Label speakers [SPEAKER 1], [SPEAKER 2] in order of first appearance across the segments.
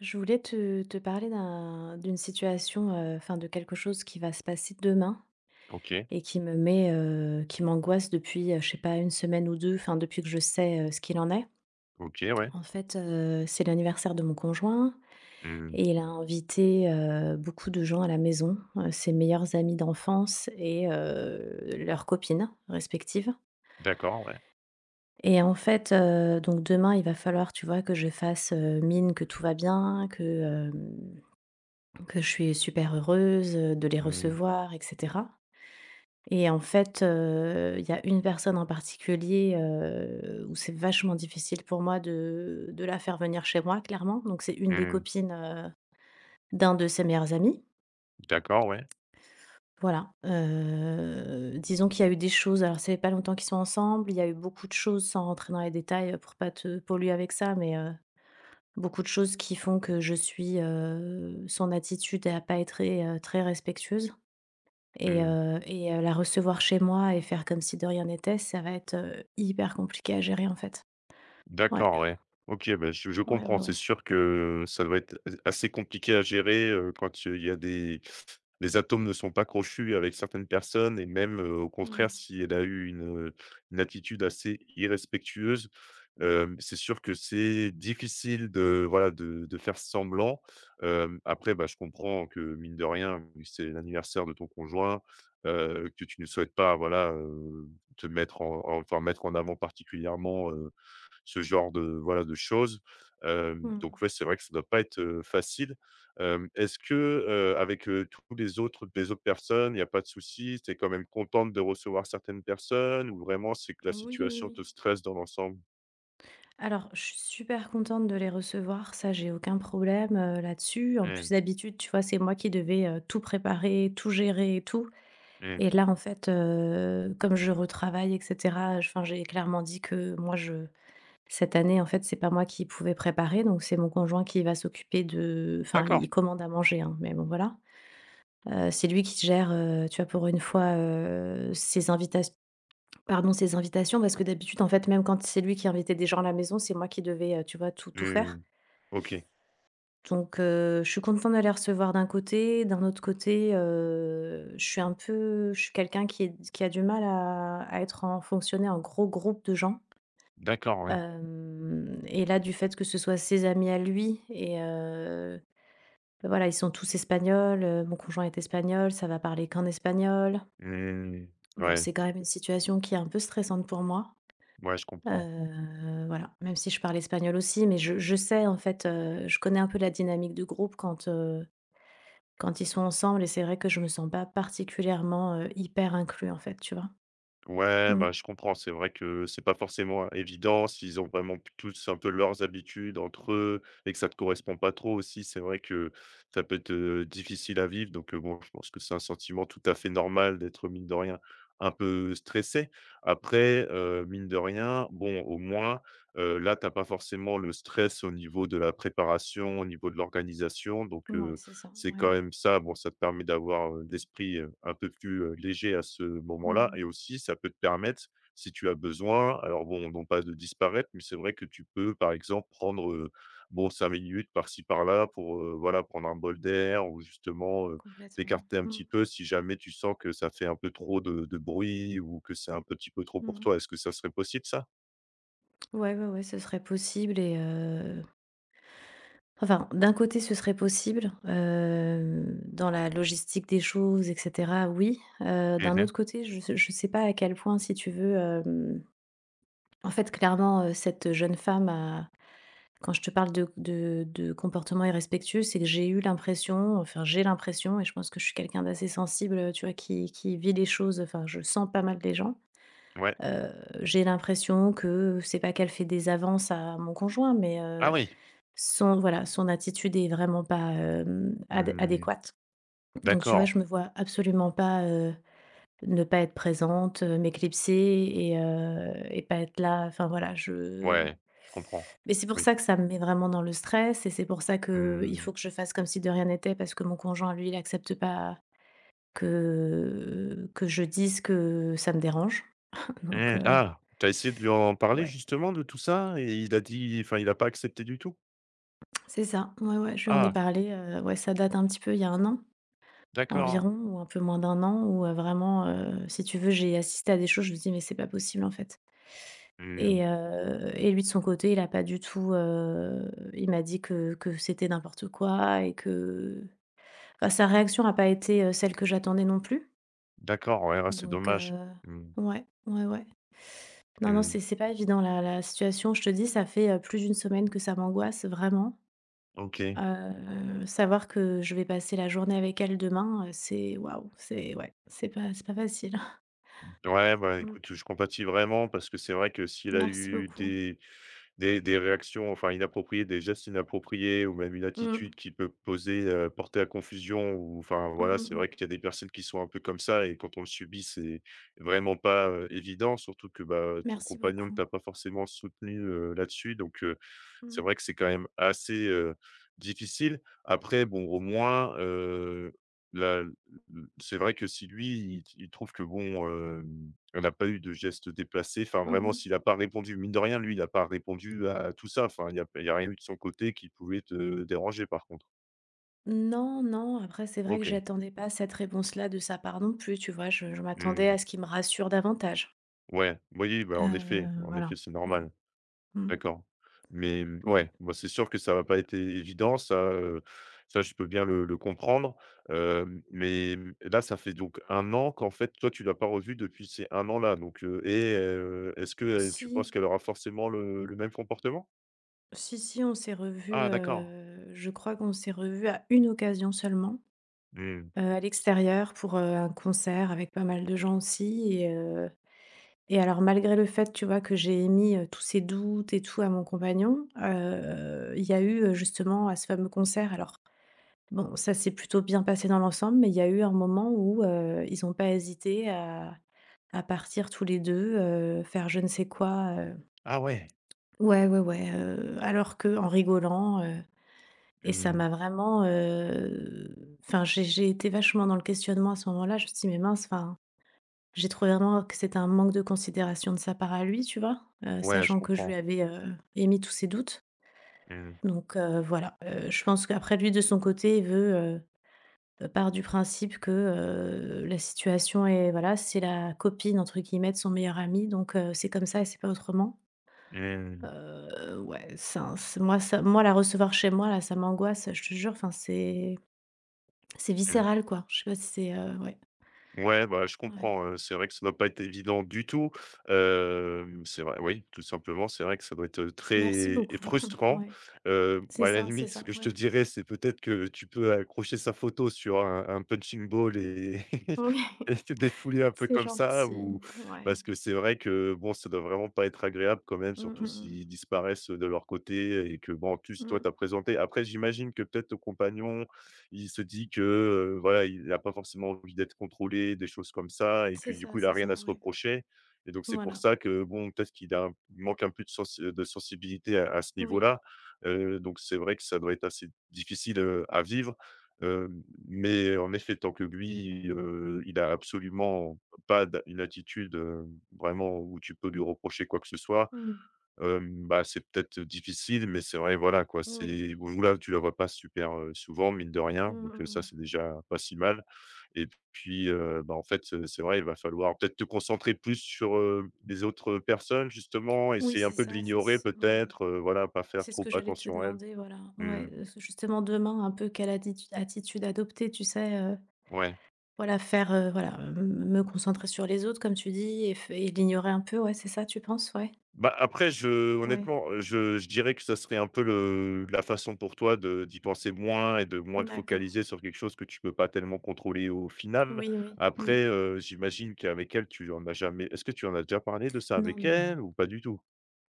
[SPEAKER 1] Je voulais te parler d'une situation, enfin, de quelque chose qui va se passer demain
[SPEAKER 2] OK,
[SPEAKER 1] et qui m'angoisse depuis, je sais pas, une semaine ou 2, enfin, depuis que je sais, ce qu'il en est.
[SPEAKER 2] OK, ouais.
[SPEAKER 1] En fait, c'est l'anniversaire de mon conjoint
[SPEAKER 2] Mmh,
[SPEAKER 1] et il a invité, beaucoup de gens à la maison, ses meilleurs amis d'enfance leurs copines respectives.
[SPEAKER 2] d'accord, ouais.
[SPEAKER 1] Et en fait, donc demain, il va falloir, tu vois, que je fasse, mine que tout va bien. Que je suis super heureuse, de les
[SPEAKER 2] Mmh,
[SPEAKER 1] recevoir, et cetera. Et en fait, il y a une personne en particulier, où c'est vachement difficile pour moi de la faire venir chez moi, clairement. Donc c'est une des
[SPEAKER 2] mmh,
[SPEAKER 1] copines, d'un de ses meilleurs amis.
[SPEAKER 2] d'accord, ouais.
[SPEAKER 1] Voilà, disons qu'il y a eu des choses. Alors ça fait pas longtemps qu'ils sont ensemble, il y a eu beaucoup de choses, sans rentrer dans les détails, pour pas te polluer avec ça, mais, beaucoup de choses qui font que son attitude à pas être très respectueuse. Et
[SPEAKER 2] Mmh,
[SPEAKER 1] heu et heu, la recevoir chez moi et faire comme si de rien n'était, ça va être, hyper compliqué à gérer, en fait. Ouais,
[SPEAKER 2] d'accord, ouais. OK, bah, je
[SPEAKER 1] ouais, ouais,
[SPEAKER 2] comprends. C'est
[SPEAKER 1] ouais.
[SPEAKER 2] sûr que ça doit être assez compliqué à gérer, quand il y a des les atomes ne sont pas crochus avec certaines personnes et même, au
[SPEAKER 1] Mmh.
[SPEAKER 2] contraire, si elle a eu une attitude assez irrespectueuse. C'est sûr que c'est difficile de, voilà, de faire semblant. Après, bah, je comprends que mine de rien, vu que c'est l'anniversaire de ton conjoint, que tu ne souhaites pas, voilà, te mettre en en enfin, mettre en avant particulièrement, ce genre de, voilà, de choses.
[SPEAKER 1] Mmh.
[SPEAKER 2] Donc ouais, c'est vrai que ça ne doit pas être, facile. Est-ce que, avec, tous les autres personnes, il y a pas de souci? Tu es quand même contente de recevoir certaines personnes ou vraiment c'est que la
[SPEAKER 1] Oui, oui,
[SPEAKER 2] situation
[SPEAKER 1] oui.
[SPEAKER 2] te stresse dans l'ensemble?
[SPEAKER 1] Alors, je suis super contente de les recevoir, ça, j'ai aucun problème, là-dessus. En plus, d'habitude, tu vois, c'est moi qui devais, tout préparer, tout gérer et tout.
[SPEAKER 2] Mmh.
[SPEAKER 1] Et là, en fait, comme je retravaille, et cetera, j enfin, j'ai clairement dit que moi, je… Cette année, en fait, c'est pas moi qui pouvais préparer, donc c'est mon conjoint qui va s'occuper de enfin,
[SPEAKER 2] D'accord.
[SPEAKER 1] il commande à manger, hein, mais bon, voilà. C'est lui qui gère, tu vois, pour une fois, ses invitations. Pardon, ses invitations parce que d'habitude, en fait, même quand c'est lui qui invitait des gens à la maison, c'est moi qui devais, tu vois, tout faire.
[SPEAKER 2] Mmh. OK.
[SPEAKER 1] Donc je suis contente de les recevoir d'un côté. D'un autre côté, je suis un peu, je suis quelqu'un qui a du mal à être, en fonctionner en gros groupe de gens.
[SPEAKER 2] D'accord, ouais.
[SPEAKER 1] Hem Et là, du fait que ce soit ses amis à lui bah, voilà, ils sont tous espagnols, mon conjoint est espagnol, ça va parler qu'en espagnol.
[SPEAKER 2] Mmh.
[SPEAKER 1] Bon,
[SPEAKER 2] Ouais,
[SPEAKER 1] c'est quand même une situation qui est un peu stressante pour moi,
[SPEAKER 2] ouais, je comprends.
[SPEAKER 1] voilà, même si je parle espagnol aussi, mais en fait, je connais un peu la dynamique de groupe quand ils sont ensemble, et c'est vrai que je me sens pas particulièrement, hyper inclus, en fait, tu vois?
[SPEAKER 2] Ouais,
[SPEAKER 1] Mmh.
[SPEAKER 2] bah, je comprends. C'est vrai que c'est pas forcément évident s'ils ont vraiment p tous un peu leurs habitudes entre eux et que ça te correspond pas trop aussi. C'est vrai que ça peut être, difficile à vivre donc bon, je pense que c'est un sentiment tout à fait normal d'être, mine de rien, un peu stressé. Après, mine de rien, bon, au moins, là, t'as pas forcément le stress au niveau de la préparation, au niveau de l'organisation donc
[SPEAKER 1] Ouais, c'est ça,
[SPEAKER 2] c'est
[SPEAKER 1] ouais.
[SPEAKER 2] quand même ça, bon, ça te permet d'avoir, l'esprit, un peu plus, léger à ce moment-là et
[SPEAKER 1] Mmh.
[SPEAKER 2] aussi ça peut te permettre, si tu as besoin, alors bon, non pas de disparaître, mais c'est vrai que tu peux, par exemple, prendre, bon 5 minutes par-ci par-là pour, voilà, prendre un bol d'air ou justement,
[SPEAKER 1] Complètement.
[SPEAKER 2] t'écarter un
[SPEAKER 1] Mmh.
[SPEAKER 2] petit peu si jamais tu sens que ça fait un peu trop de bruit ou que c'est un petit peu trop pour
[SPEAKER 1] Mmh.
[SPEAKER 2] toi. Est-ce que ça serait possible ça?
[SPEAKER 1] Ouais, ouais, ouais, ce serait possible enfin, d'un côté, ce serait possible, dans la logistique des choses, et cetera, oui. D'un
[SPEAKER 2] Mmh.
[SPEAKER 1] autre côté, je sais pas à quel point, si tu veux, en fait, clairement, cette jeune femme a quand je te parle de comportement irrespectueux, c'est que enfin, j'ai l'impression, et je pense que je suis quelqu'un d'assez sensible, tu vois, qui vit les choses, enfin, je sens pas mal les gens.
[SPEAKER 2] Ouais.
[SPEAKER 1] Heu, j'ai l'impression que, c'est pas qu'elle fait des avances à mon conjoint, mais
[SPEAKER 2] Ah oui!
[SPEAKER 1] Son attitude est vraiment pas, ad
[SPEAKER 2] Mmh,
[SPEAKER 1] adéquate. Donc tu vois,
[SPEAKER 2] d'accord.
[SPEAKER 1] je me vois absolument pas, ne pas être présente, m'éclipser et pas être là. Enfin voilà, je
[SPEAKER 2] Ouais, je comprends.
[SPEAKER 1] mais c'est pour ça
[SPEAKER 2] Oui.
[SPEAKER 1] que ça me met vraiment dans le stress, et c'est pour ça que il
[SPEAKER 2] Mmh.
[SPEAKER 1] faut que je fasse comme si de rien n'était, parce que mon conjoint, lui, il accepte pas que je dise que ça me dérange. Donc
[SPEAKER 2] Mmh, ah! T'as essayé de lui en parler
[SPEAKER 1] ouais,
[SPEAKER 2] justement de tout ça? Et il a dit enfin, il a pas accepté du tout?
[SPEAKER 1] c'est ça. Ouais, ouais, je lui en ai
[SPEAKER 2] Ah!
[SPEAKER 1] parlé, ouais, ça date un petit peu, il y a un an.
[SPEAKER 2] D'accord.
[SPEAKER 1] Environ, ou un peu moins d'un an, où, vraiment, si tu veux, j'ai assisté à des choses, je me dis: «Mais c'est pas possible, en fait».
[SPEAKER 2] Mmh,
[SPEAKER 1] Et lui, de son côté, il a pas du tout, il m'a dit que c'était n'importe quoi, et que enfin, sa réaction a pas été, celle que j'attendais non plus.
[SPEAKER 2] d'accord, ouais, ouais, c'est
[SPEAKER 1] Donc
[SPEAKER 2] dommage. Mmh,
[SPEAKER 1] ouais, ouais, ouais. Non, non,
[SPEAKER 2] mmh,
[SPEAKER 1] c'est pas évident, la situation, je te dis, ça fait, plus d'une semaine que ça m'angoisse vraiment.
[SPEAKER 2] OK.
[SPEAKER 1] Savoir que je vais passer la journée avec elle demain, c'est waouh, c'est ouais, c'est pas facile.
[SPEAKER 2] Ouais, bah,
[SPEAKER 1] Mmh.
[SPEAKER 2] écoute, je compatis vraiment parce que c'est vrai que s'il a
[SPEAKER 1] Merci
[SPEAKER 2] eu
[SPEAKER 1] beaucoup.
[SPEAKER 2] des réactions, enfin, inappropriées, des gestes inappropriés ou même une
[SPEAKER 1] Mmh.
[SPEAKER 2] attitude qui peut porter à confusion ou enfin,
[SPEAKER 1] Mmh,
[SPEAKER 2] voilà,
[SPEAKER 1] mmh,
[SPEAKER 2] c'est vrai
[SPEAKER 1] mmh.
[SPEAKER 2] qu'il y a des personnes qui sont un peu comme ça et quand on le subit, c'est vraiment pas, évident, surtout que, bah, ton
[SPEAKER 1] Merci
[SPEAKER 2] compagnon ne
[SPEAKER 1] beaucoup.
[SPEAKER 2] t'a pas forcément soutenu, là-dessus donc
[SPEAKER 1] Mmh.
[SPEAKER 2] c'est vrai que c'est quand même assez, difficile. Après bon, au moins, la l c'est vrai que si lui, il trouve que bon, elle a pas eu de geste déplacé. Enfin vraiment
[SPEAKER 1] Mmh.
[SPEAKER 2] s'il n'a pas répondu mine de rien, lui, il n'a pas répondu à tout ça, enfin il y a rien eu de son côté qui pouvait te déranger par contre?
[SPEAKER 1] Non, non, après c'est vrai que
[SPEAKER 2] OK.
[SPEAKER 1] j'attendais pas cette réponse-là de sa part non plus, tu vois? Je m'attendais à
[SPEAKER 2] Mmh.
[SPEAKER 1] ce qu'il me rassure davantage.
[SPEAKER 2] Ouais, oui, bah, en
[SPEAKER 1] Voilà.
[SPEAKER 2] effet, c'est
[SPEAKER 1] Bon.
[SPEAKER 2] normal.
[SPEAKER 1] Mmh.
[SPEAKER 2] D'accord. Mais mmh,
[SPEAKER 1] Ouais.
[SPEAKER 2] ouais, moi c'est sûr que ça va pas été évident, ça, ça je peux bien le comprendre, mais mmh, là, ça fait donc un an qu'en fait, toi, tu l'as pas revu depuis ces un an-là, donc et est-ce que, tu
[SPEAKER 1] Si,
[SPEAKER 2] penses qu'elle aura forcément le même comportement?
[SPEAKER 1] si, si, on s'est revus,
[SPEAKER 2] Ah d'accord.
[SPEAKER 1] je crois qu'on s'est revus à une occasion seulement.
[SPEAKER 2] Mmh.
[SPEAKER 1] À l'extérieur pour, un concert, avec pas mal de gens aussi, et alors, malgré le fait, tu vois, que j'ai émis, tous ces doutes et tout, à mon compagnon, il y a eu, justement à ce fameux concert, alors bon, ça s'est plutôt bien passé dans l'ensemble, mais il y a eu un moment où, ils n'ont pas hésité à partir tous les deux, faire je ne sais quoi,
[SPEAKER 2] Ah ouais.
[SPEAKER 1] ouais, ouais, ouais, alors que en rigolant, et ça
[SPEAKER 2] Mmh.
[SPEAKER 1] m'a vraiment, enfin j'ai été vachement dans le questionnement à ce moment-là. Je me suis dit: «Mais mince, enfin». J'ai trouvé vraiment que c'était un manque de considération de sa part à lui, tu vois?
[SPEAKER 2] Ouais, je
[SPEAKER 1] Sachant que je lui
[SPEAKER 2] comprends.
[SPEAKER 1] avais, émis tous ses doutes.
[SPEAKER 2] Mmh.
[SPEAKER 1] Donc voilà, je pense qu'après lui, de son côté, il part du principe que, la situation est voilà, c'est la «copine» entre guillemets de son meilleur ami, donc c'est comme ça et c'est pas autrement.
[SPEAKER 2] Mmh.
[SPEAKER 1] Ouais, ça c'est moi ça moi, la recevoir chez moi là, ça m'angoisse, je te jure, enfin c'est
[SPEAKER 2] Mmh.
[SPEAKER 1] viscéral, quoi. Je sais pas si c'est, ouais,
[SPEAKER 2] Ouais, bah, je
[SPEAKER 1] ouais.
[SPEAKER 2] comprends, c'est vrai que ça doit pas être évident du tout, c'est vrai, oui, tout simplement, c'est vrai que ça doit être,
[SPEAKER 1] Merci
[SPEAKER 2] très
[SPEAKER 1] beaucoup.
[SPEAKER 2] frustrant,
[SPEAKER 1] Ouais,
[SPEAKER 2] bon, à la
[SPEAKER 1] c'est
[SPEAKER 2] limite, ce
[SPEAKER 1] ça,
[SPEAKER 2] que je te
[SPEAKER 1] ouais.
[SPEAKER 2] dirais, c'est peut-être que tu peux accrocher sa photo sur un punching ball et
[SPEAKER 1] Oui.
[SPEAKER 2] et des foulées un peu
[SPEAKER 1] C'est
[SPEAKER 2] comme ça
[SPEAKER 1] gentil,
[SPEAKER 2] ou
[SPEAKER 1] ouais.
[SPEAKER 2] parce que c'est vrai que, bon, ça doit vraiment pas être agréable quand même,
[SPEAKER 1] Mmh,
[SPEAKER 2] surtout
[SPEAKER 1] mmh,
[SPEAKER 2] s'ils disparaissent, de leur côté et que, bon, en
[SPEAKER 1] mmh.
[SPEAKER 2] plus, toi,
[SPEAKER 1] Mmh.
[SPEAKER 2] t'as présenté après j'imagine que peut-être ton compagnon, il se dit que, voilà, il a pas forcément envie d'être contrôlé, des choses comme ça et que du coup, il a
[SPEAKER 1] C'est ça,
[SPEAKER 2] rien à se
[SPEAKER 1] ouais.
[SPEAKER 2] reprocher et donc c'est pour
[SPEAKER 1] Voilà,
[SPEAKER 2] ça que, bon, peut-être qu'il a il manque un peu de sensibilité à ce
[SPEAKER 1] oui.
[SPEAKER 2] niveau-là, donc c'est vrai que ça doit être assez difficile, à vivre. Heu, mais en effet, tant que lui, il a absolument pas d'a une attitude, vraiment où tu peux lui reprocher quoi que ce soit,
[SPEAKER 1] Mmh.
[SPEAKER 2] bah, c'est peut-être difficile, mais c'est vrai, voilà, quoi,
[SPEAKER 1] Oui.
[SPEAKER 2] c'est bon là, tu la vois pas super, souvent, mine de
[SPEAKER 1] Mmh,
[SPEAKER 2] rien,
[SPEAKER 1] mmh,
[SPEAKER 2] donc ça,
[SPEAKER 1] mmh.
[SPEAKER 2] c'est déjà pas si mal et puis, bah, en fait, c'est vrai, il va falloir peut-être te concentrer plus sur, les autres personnes, justement,
[SPEAKER 1] Oui,
[SPEAKER 2] essayer un
[SPEAKER 1] c'est
[SPEAKER 2] peu de
[SPEAKER 1] ça, c'est
[SPEAKER 2] l'ignorer
[SPEAKER 1] ce ouais,
[SPEAKER 2] peut-être, voilà, pas faire
[SPEAKER 1] c'est ce
[SPEAKER 2] trop
[SPEAKER 1] que j'allais te
[SPEAKER 2] attention à elle.
[SPEAKER 1] demander, voilà.
[SPEAKER 2] Mmh,
[SPEAKER 1] Ouais, justement demain, un peu quelle attitude adopter, tu sais?
[SPEAKER 2] ouais.
[SPEAKER 1] Voilà, faire, voilà, m me concentrer sur les autres, comme tu dis, et l'ignorer un peu, ouais, c'est ça, tu penses? Ouais.
[SPEAKER 2] Bah, après je
[SPEAKER 1] Ouais,
[SPEAKER 2] honnêtement, je dirais que ça serait un peu le la façon pour toi de d'y penser moins et de moins te
[SPEAKER 1] d'accord.
[SPEAKER 2] focaliser sur quelque chose que tu peux pas tellement contrôler au final.
[SPEAKER 1] Oui, oui, oui.
[SPEAKER 2] Après, j'imagine qu'avec elle, tu en as jamais est-ce que tu en as déjà parlé de ça
[SPEAKER 1] Non,
[SPEAKER 2] avec
[SPEAKER 1] non, non.
[SPEAKER 2] elle ou pas du tout?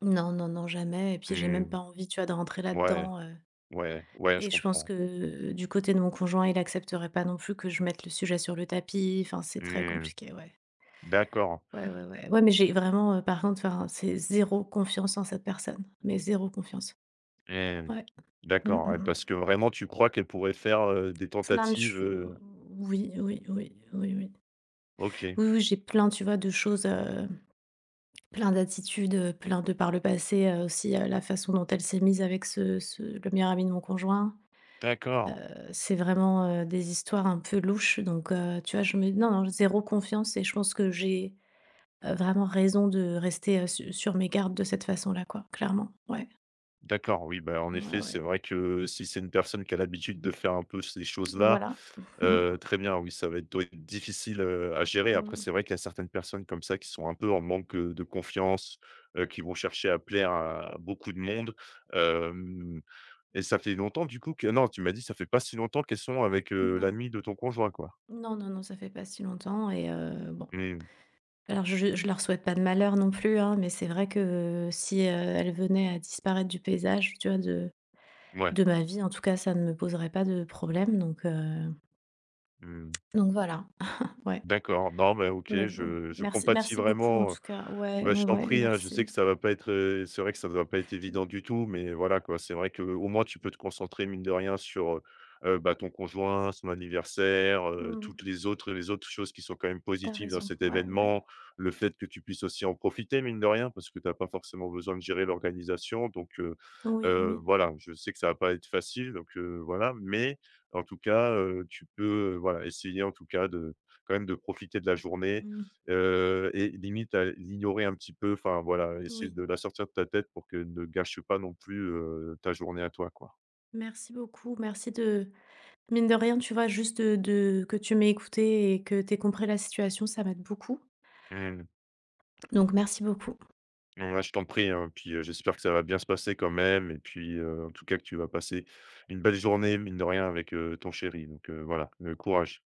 [SPEAKER 1] Non, non, non, jamais, et puis j'ai même
[SPEAKER 2] Mmh.
[SPEAKER 1] pas envie, tu vois, de rentrer
[SPEAKER 2] Ouais,
[SPEAKER 1] là-dedans,
[SPEAKER 2] ouais, ouais, je
[SPEAKER 1] et je pense
[SPEAKER 2] comprends.
[SPEAKER 1] que du côté de mon conjoint, il accepterait pas non plus que je mette le sujet sur le tapis. Enfin, c'est très
[SPEAKER 2] Mmh.
[SPEAKER 1] compliqué, ouais.
[SPEAKER 2] D'accord.
[SPEAKER 1] Ouais, ouais, ouais. Ouais, mais j'ai vraiment, par contre, enfin, c'est zéro confiance en cette personne, mais zéro confiance.
[SPEAKER 2] Mmh.
[SPEAKER 1] Ouais. Mmh, mmh,
[SPEAKER 2] D'accord, ouais,
[SPEAKER 1] mmh.
[SPEAKER 2] parce que vraiment tu crois qu'elle pourrait faire, des
[SPEAKER 1] Plein de
[SPEAKER 2] tentatives,
[SPEAKER 1] choses. Oui, oui, oui, oui, oui.
[SPEAKER 2] OK.
[SPEAKER 1] Oui, oui, j'ai plein, tu vois, de choses, plein d'attitudes, plein de, par le passé, aussi, la façon dont elle s'est mise avec ce ce le meilleur ami de mon conjoint. Heu,
[SPEAKER 2] D'accord.
[SPEAKER 1] c'est vraiment, des histoires un peu louches, donc tu vois, je me non, non, zéro confiance, et je pense que j'ai, vraiment raison de rester, su sur mes gardes de cette façon-là, quoi, clairement. Ouais,
[SPEAKER 2] D'accord, oui, bah, en
[SPEAKER 1] ouais,
[SPEAKER 2] effet,
[SPEAKER 1] ouais,
[SPEAKER 2] c'est vrai que si c'est une personne qui a l'habitude de faire un peu ces choses-là,
[SPEAKER 1] voilà.
[SPEAKER 2] très bien, oui, ça va être doit être difficile, à gérer. Après,
[SPEAKER 1] Mmh.
[SPEAKER 2] c'est vrai qu'il y a certaines personnes comme ça qui sont un peu en manque, de confiance, qui vont chercher à plaire à beaucoup de monde. Hem Et ça fait longtemps du coup que non, tu m'as dit ça fait pas si longtemps qu'elles sont avec,
[SPEAKER 1] Non.
[SPEAKER 2] l'ami de ton conjoint, quoi?
[SPEAKER 1] Non, non, non, ça fait pas si longtemps. Bon,
[SPEAKER 2] Mmh,
[SPEAKER 1] alors je leur souhaite pas de malheur non plus, hein, mais c'est vrai que, si, elle venait à disparaître du paysage, tu vois,
[SPEAKER 2] ouais.
[SPEAKER 1] de ma vie, en tout cas, ça ne me poserait pas de problème,
[SPEAKER 2] Mmh.
[SPEAKER 1] donc voilà, ouais.
[SPEAKER 2] D'accord, non, mais OK,
[SPEAKER 1] Mais bon,
[SPEAKER 2] je
[SPEAKER 1] merci
[SPEAKER 2] compatis
[SPEAKER 1] merci beaucoup en
[SPEAKER 2] vraiment,
[SPEAKER 1] tout cas. Ouais,
[SPEAKER 2] bah,
[SPEAKER 1] ouais,
[SPEAKER 2] je t'en
[SPEAKER 1] ouais,
[SPEAKER 2] prie, hein. Je
[SPEAKER 1] merci.
[SPEAKER 2] sais que ça va pas être, c'est vrai que ça va pas être évident du tout, mais voilà, quoi. C'est vrai que au moins tu peux te concentrer mine de rien sur, bah, ton conjoint, son anniversaire,
[SPEAKER 1] Mmh, mmh,
[SPEAKER 2] toutes les autres choses qui sont quand même positives dans
[SPEAKER 1] raison.
[SPEAKER 2] cet
[SPEAKER 1] Ouais, ouais.
[SPEAKER 2] événement. Le fait que tu puisses aussi en profiter mine de rien, parce que tu as pas forcément besoin de gérer l'organisation donc
[SPEAKER 1] Oui, oui.
[SPEAKER 2] voilà, je sais que ça va pas être facile donc voilà, mais en tout cas, tu peux, voilà, essayer en tout cas de quand même de profiter de la journée,
[SPEAKER 1] Mmh,
[SPEAKER 2] et limite à l'ignorer un petit peu. Enfin voilà, essayer
[SPEAKER 1] oui.
[SPEAKER 2] de la sortir de ta tête pour que ne gâche pas non plus, ta journée à toi, quoi.
[SPEAKER 1] Merci beaucoup. Merci de, mine de rien, tu vois, juste de que tu m'aies écoutée et que t'aies compris la situation, ça m'aide beaucoup.
[SPEAKER 2] Mmh.
[SPEAKER 1] Donc merci beaucoup.
[SPEAKER 2] Ouais, je t'en prie, hein, puis, j'espère que ça va bien se passer quand même et puis, en tout cas que tu vas passer une belle journée, mine de rien, avec, ton chéri donc, voilà, courage.